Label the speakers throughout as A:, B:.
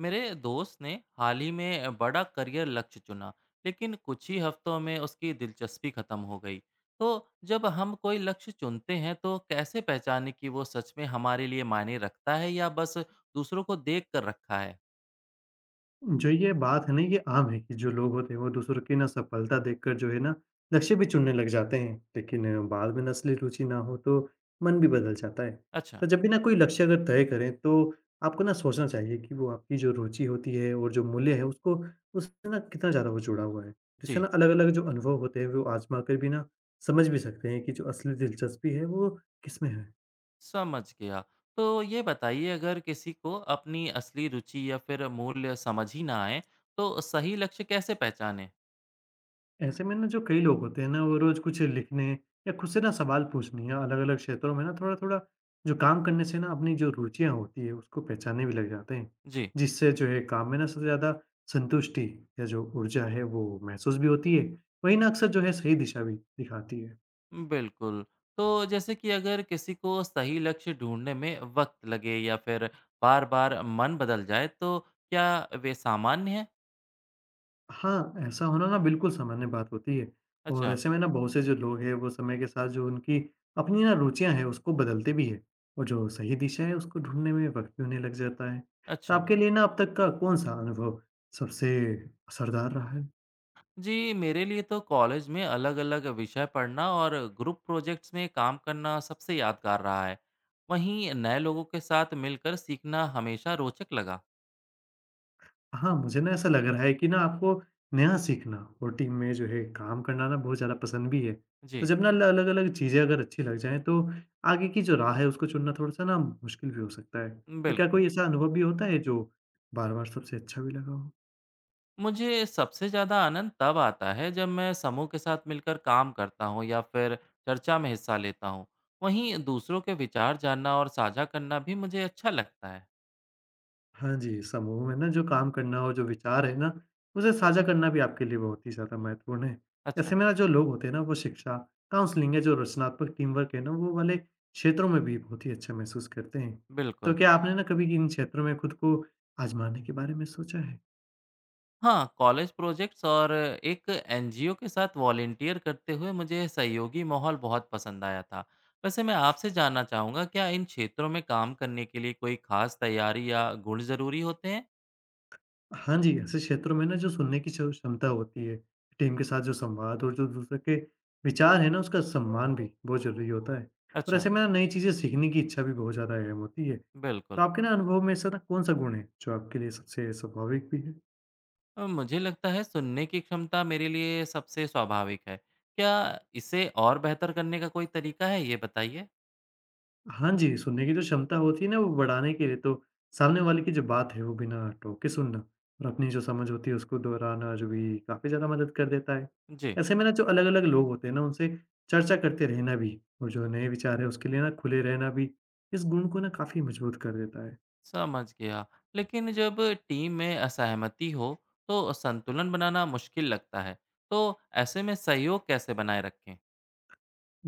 A: मेरे दोस्त ने हाल ही में बड़ा करियर लक्ष्य चुना लेकिन कुछ ही हफ्तों में उसकी दिलचस्पी खत्म हो गई। तो जब हम कोई लक्ष्य चुनते हैं तो कैसे पहचाने कि वो सच में हमारे लिए मायने रखता है या बस दूसरों को देख कर रखा है।
B: जो ये बात है ना ये आम है कि जो लोग होते हैं वो दूसरों की ना सफलता देखकर जो है ना लक्ष्य भी चुनने लग जाते हैं लेकिन बाद में असली रुचि ना हो तो मन भी बदल जाता है।
A: अच्छा।
B: तो जब भी ना कोई लक्ष्य अगर तय करें तो आपको ना सोचना चाहिए कि वो आपकी जो रुचि होती है और जो मूल्य है उसको उससे ना कितना ज़्यादा वो जुड़ा हुआ है। जिससे
A: जी,
B: ना अलग अलग जो अनुभव होते हैं वो आजमा कर भी ना समझ भी सकते हैं कि जो असली दिलचस्पी है वो किस में है।
A: समझ गया। तो ये बताइए अगर किसी को अपनी असली रुचि या फिर मूल्य समझ ही ना आए तो सही लक्ष्य कैसे पहचाने।
B: ऐसे में ना जो कई लोग होते हैं ना वो रोज कुछ लिखने या खुद से ना सवाल पूछने या अलग अलग क्षेत्रों में ना थोड़ा थोड़ा जो काम करने से ना अपनी जो रुचियां होती है उसको पहचानने भी लग जाते हैं।
A: जी।
B: जिससे जो है काम में ना सबसे ज्यादा संतुष्टि या जो ऊर्जा है वो महसूस भी होती है। वही ना अक्सर जो है सही दिशा भी दिखाती है।
A: बिल्कुल। तो जैसे कि अगर किसी को सही लक्ष्य ढूँढने में वक़्त लगे या फिर बार-बार मन बदल जाए तो क्या वे सामान्य हैं?
B: हाँ, ऐसा होना ना बिल्कुल सामान्य बात होती है। और
A: अच्छा।
B: ऐसे में ना बहुत से जो लोग हैं वो समय के साथ जो उनकी अपनी ना रुचियाँ हैं उसको बदलते भी हैं। और जो सही दिशा है उसको ढूँढने में वक़्त भी उन्हें लग जाता है। तो
A: अच्छा।
B: आपके लिए ना अब तक का कौन-सा अनुभव सबसे असरदार रहा है?
A: जी, मेरे लिए तो कॉलेज में अलग-अलग विषय पढ़ना और ग्रुप प्रोजेक्ट्स में काम करना सबसे यादगार रहा है। वहीं नए लोगों के साथ मिलकर सीखना हमेशा रोचक लगा।
B: हाँ, मुझे ना ऐसा लग रहा है कि ना आपको नया सीखना और टीम में जो है काम करना ना बहुत ज़्यादा पसंद भी है। तो
A: जी,
B: जब ना ल अलग-अलग चीज़ें अगर अच्छी लग जाएँ तो आगे की जो राह है उसको चुनना थोड़ा-सा ना मुश्किल भी हो सकता है। तो क्या
A: बिल्कुल।
B: कोई ऐसा अनुभव भी होता है जो बार-बार सबसे अच्छा भी लगा हो?
A: मुझे सबसे ज़्यादा आनंद तब आता है जब मैं समूह के साथ मिलकर काम करता हूँ या फिर चर्चा में हिस्सा लेता हूँ। वहीं दूसरों के विचार जानना और साझा करना भी मुझे अच्छा लगता है।
B: हाँ जी, समूह में ना जो काम करना हो, जो विचार है ना, उसे साझा करना भी आपके लिए बहुत ही ज़्यादा महत्वपूर्ण है।
A: अच्छा।
B: ऐसे में ना जो लोग होते हैं ना, वो शिक्षा, काउंसलिंग या जो रचनात्मक टीम वर्क है ना, वो वाले क्षेत्रों में भी बहुत ही अच्छा महसूस करते हैं।
A: बिल्कुल।
B: तो क्या आपने ना कभी इन क्षेत्रों में खुद को आज़माने के बारे में सोचा है?
A: हाँ, कॉलेज प्रोजेक्ट्स और एक एनजीओ के साथ वॉलंटियर करते हुए मुझे सहयोगी माहौल बहुत पसंद आया था। वैसे मैं आपसे जानना चाहूँगा क्या इन क्षेत्रों में काम करने के लिए कोई खास तैयारी या गुण ज़रूरी होते हैं?
B: हाँ जी, ऐसे क्षेत्रों में ना जो सुनने की जो क्षमता होती है, टीम के साथ जो संवाद और जो दूसरे के विचार है ना, उसका सम्मान भी बहुत ज़रूरी होता है। और
A: अच्छा।
B: ऐसे में ना नई चीज़ें सीखने की इच्छा भी बहुत ज़्यादा अहम होती है। तो
A: बिल्कुल।
B: आपके ना अनुभव में ऐसा ना कौन-सा गुण है, जो आपके लिए सबसे स्वाभाविक भी है?
A: मुझे लगता है सुनने की क्षमता मेरे लिए सबसे स्वाभाविक है। क्या इसे और बेहतर करने का कोई तरीका है ये बताइए?
B: हाँ जी, सुनने की जो क्षमता होती है ना, वो बढ़ाने के लिए तो सामने वाले की जो बात है, वो बिना टोके सुनना और अपनी जो समझ होती है, उसको दोहराना जो भी काफ़ी ज़्यादा मदद कर देता है।
A: जी,
B: ऐसे में ना जो अलग-अलग लोग होते हैं ना, उनसे चर्चा करते रहना भी और जो नए विचार है, उसके लिए ना खुले रहना भी, इस गुण को ना काफ़ी मजबूत कर देता है।
A: समझ गया। लेकिन जब टीम में असहमति हो तो संतुलन बनाना मुश्किल लगता है। तो ऐसे में सहयोग कैसे बनाए रखें?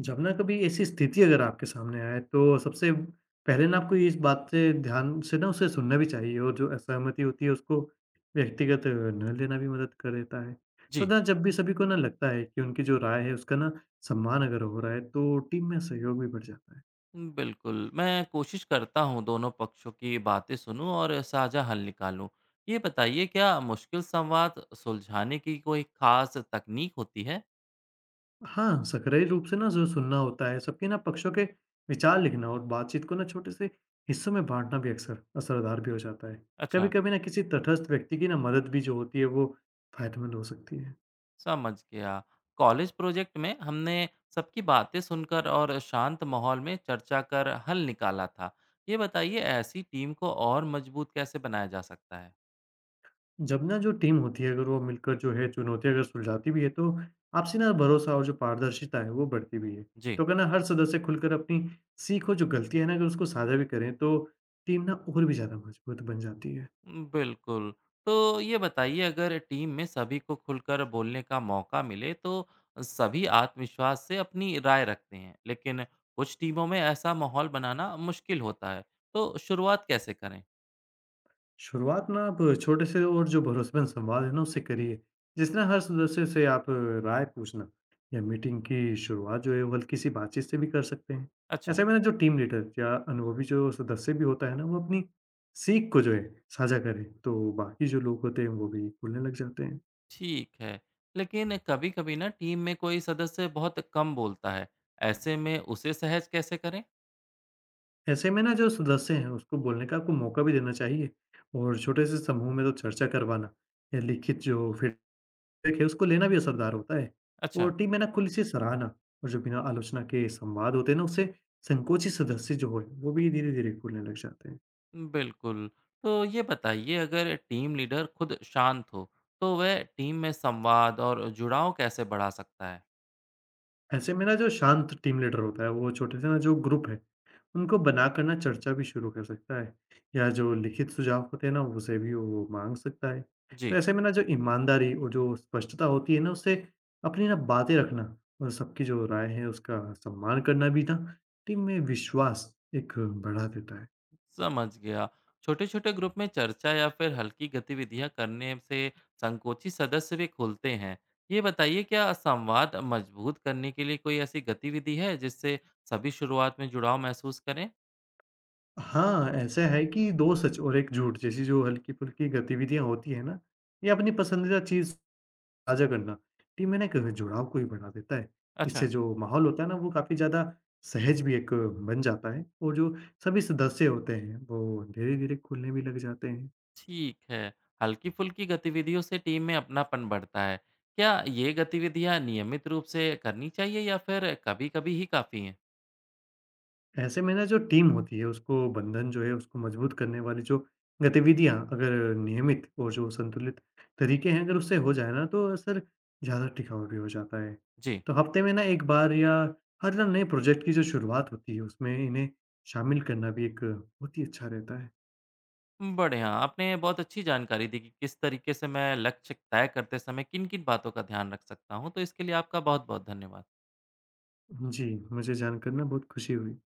B: जब ना कभी ऐसी स्थिति अगर आपके सामने आए तो सबसे पहले ना आपको इस बात से ध्यान से ना उसे सुनना भी चाहिए और जो असहमति होती है उसको व्यक्तिगत न लेना भी मदद कर देता है। तो
A: जी,
B: ना जब भी सभी को ना लगता है कि उनकी जो राय है उसका ना सम्मान अगर हो रहा है तो टीम में सहयोग भी बढ़ जाता है।
A: बिल्कुल। मैं कोशिश करता हूँ दोनों पक्षों की बातें सुनूँ और साझा हल निकालूँ। ये बताइए क्या मुश्किल संवाद सुलझाने की कोई खास तकनीक होती है?
B: हाँ, सक्रिय रूप से ना जो सुनना होता है सबके ना पक्षों के विचार लिखना और बातचीत को ना छोटे से हिस्सों में बांटना भी अक्सर असरदार भी हो जाता है। कभी
A: अच्छा।
B: कभी ना किसी तटस्थ व्यक्ति की ना मदद भी जो होती है वो फायदेमंद हो सकती है।
A: समझ गया। कॉलेज प्रोजेक्ट में हमने सबकी बातें सुनकर और शांत माहौल में चर्चा कर हल निकाला था। ये बताइए ऐसी टीम को और मजबूत कैसे बनाया जा सकता है?
B: जब ना जो टीम होती है, अगर वो मिलकर जो है चुनौतियाँ अगर सुलझाती भी है, तो आपसी ना भरोसा और जो पारदर्शिता है, वो बढ़ती भी है।
A: जी।
B: तो अगर ना हर सदस्य खुलकर अपनी सीख और जो गलती है ना, अगर उसको साझा भी करें, तो टीम ना और भी ज़्यादा मजबूत बन जाती है।
A: बिल्कुल। तो ये बताइए अगर टीम में सभी को खुलकर बोलने का मौका मिले तो सभी आत्मविश्वास से अपनी राय रखते हैं। लेकिन कुछ टीमों में ऐसा माहौल बनाना मुश्किल होता है। तो शुरुआत कैसे करें?
B: शुरुआत ना आप छोटे से और जो भरोसेमंद संवाद है ना उससे करिए, जिसमें हर सदस्य से आप राय पूछना या मीटिंग की शुरुआत जो है वो हल्की सी बातचीत से भी कर सकते हैं।
A: अच्छा।
B: ऐसे में ना जो टीम लीडर या अनुभवी जो सदस्य भी होता है ना वो अपनी सीख को जो है साझा करे तो बाकी जो लोग होते हैं वो भी बोलने लग जाते हैं।
A: ठीक है, लेकिन कभी-कभी ना टीम में कोई सदस्य बहुत कम बोलता है, ऐसे में उसे सहज कैसे करें?
B: ऐसे में ना जो सदस्य हैं उसको बोलने का आपको मौका भी देना चाहिए और छोटे से समूह में तो चर्चा करवाना या लिखित जो देखिए, उसको लेना भी असरदार होता है।
A: अच्छा।
B: ओटी में ना खुली सी सराहना और जो बिना आलोचना के संवाद होते हैं ना, उससे संकोची सदस्य जो होए, वो भी धीरे-धीरे खुलने लग जाते हैं।
A: बिल्कुल। तो ये बताइए अगर टीम लीडर खुद शांत हो, तो वह टीम में संवाद और जुड़ाव कैसे बढ़ा सकता है?
B: ऐसे में ना जो शांत टीम लीडर होता है, वो छोटे से ना जो ग्रुप है, उनको बनाकर ना चर्चा भी शुरू कर सकता है या जो लिखित सुझाव होते हैं ना, उसे भी वो माँग सकता है। तो
A: जी,
B: ऐसे में ना जो ईमानदारी और जो स्पष्टता होती है ना, उससे अपनी ना बातें रखना और सबकी जो राय है, उसका सम्मान करना भी ना टीम में विश्वास एक बढ़ा देता है।
A: समझ गया। छोटे-छोटे ग्रुप में चर्चा या फिर हल्की गतिविधियां करने से संकोची सदस्य भी खुलते हैं। ये बताइए क्या संवाद मजबूत करने के लिए कोई ऐसी गतिविधि है जिससे सभी शुरुआत में जुड़ाव महसूस करें?
B: हाँ, ऐसा है कि 2 सच और 1 झूठ जैसी जो हल्की-फुल्की गतिविधियाँ होती हैं ना, ये अपनी पसंदीदा चीज़ साझा करना, टीम में ना एक जुड़ाव को भी बढ़ा देता है। इससे
A: अच्छा।
B: जो माहौल होता है ना, वो काफ़ी ज़्यादा सहज भी एक बन जाता है और जो सभी सदस्य होते हैं, वो धीरे-धीरे खुलने भी लग जाते हैं।
A: ठीक है। हल्की-फुल्की गतिविधियों से टीम में अपनापन बढ़ता है। क्या ये गतिविधियाँ नियमित रूप से करनी चाहिए या फिर कभी-कभी ही काफ़ी हैं?
B: ऐसे में ना जो टीम होती है उसको बंधन जो है उसको मजबूत करने वाली जो गतिविधियां अगर नियमित और जो संतुलित तरीके हैं अगर उससे हो जाए ना तो असर ज़्यादा टिकाऊ भी हो जाता है।
A: जी।
B: तो हफ्ते में ना एक बार या हर ना नए प्रोजेक्ट की जो शुरुआत होती है उसमें इन्हें शामिल करना भी एक बहुत ही अच्छा रहता है।
A: बढ़िया, आपने बहुत अच्छी जानकारी दी कि किस तरीके से मैं लक्ष्य तय करते समय किन-किन बातों का ध्यान रख सकता हूँ, तो इसके लिए आपका बहुत-बहुत धन्यवाद।
B: जी, मुझे जानकर ना बहुत खुशी हुई।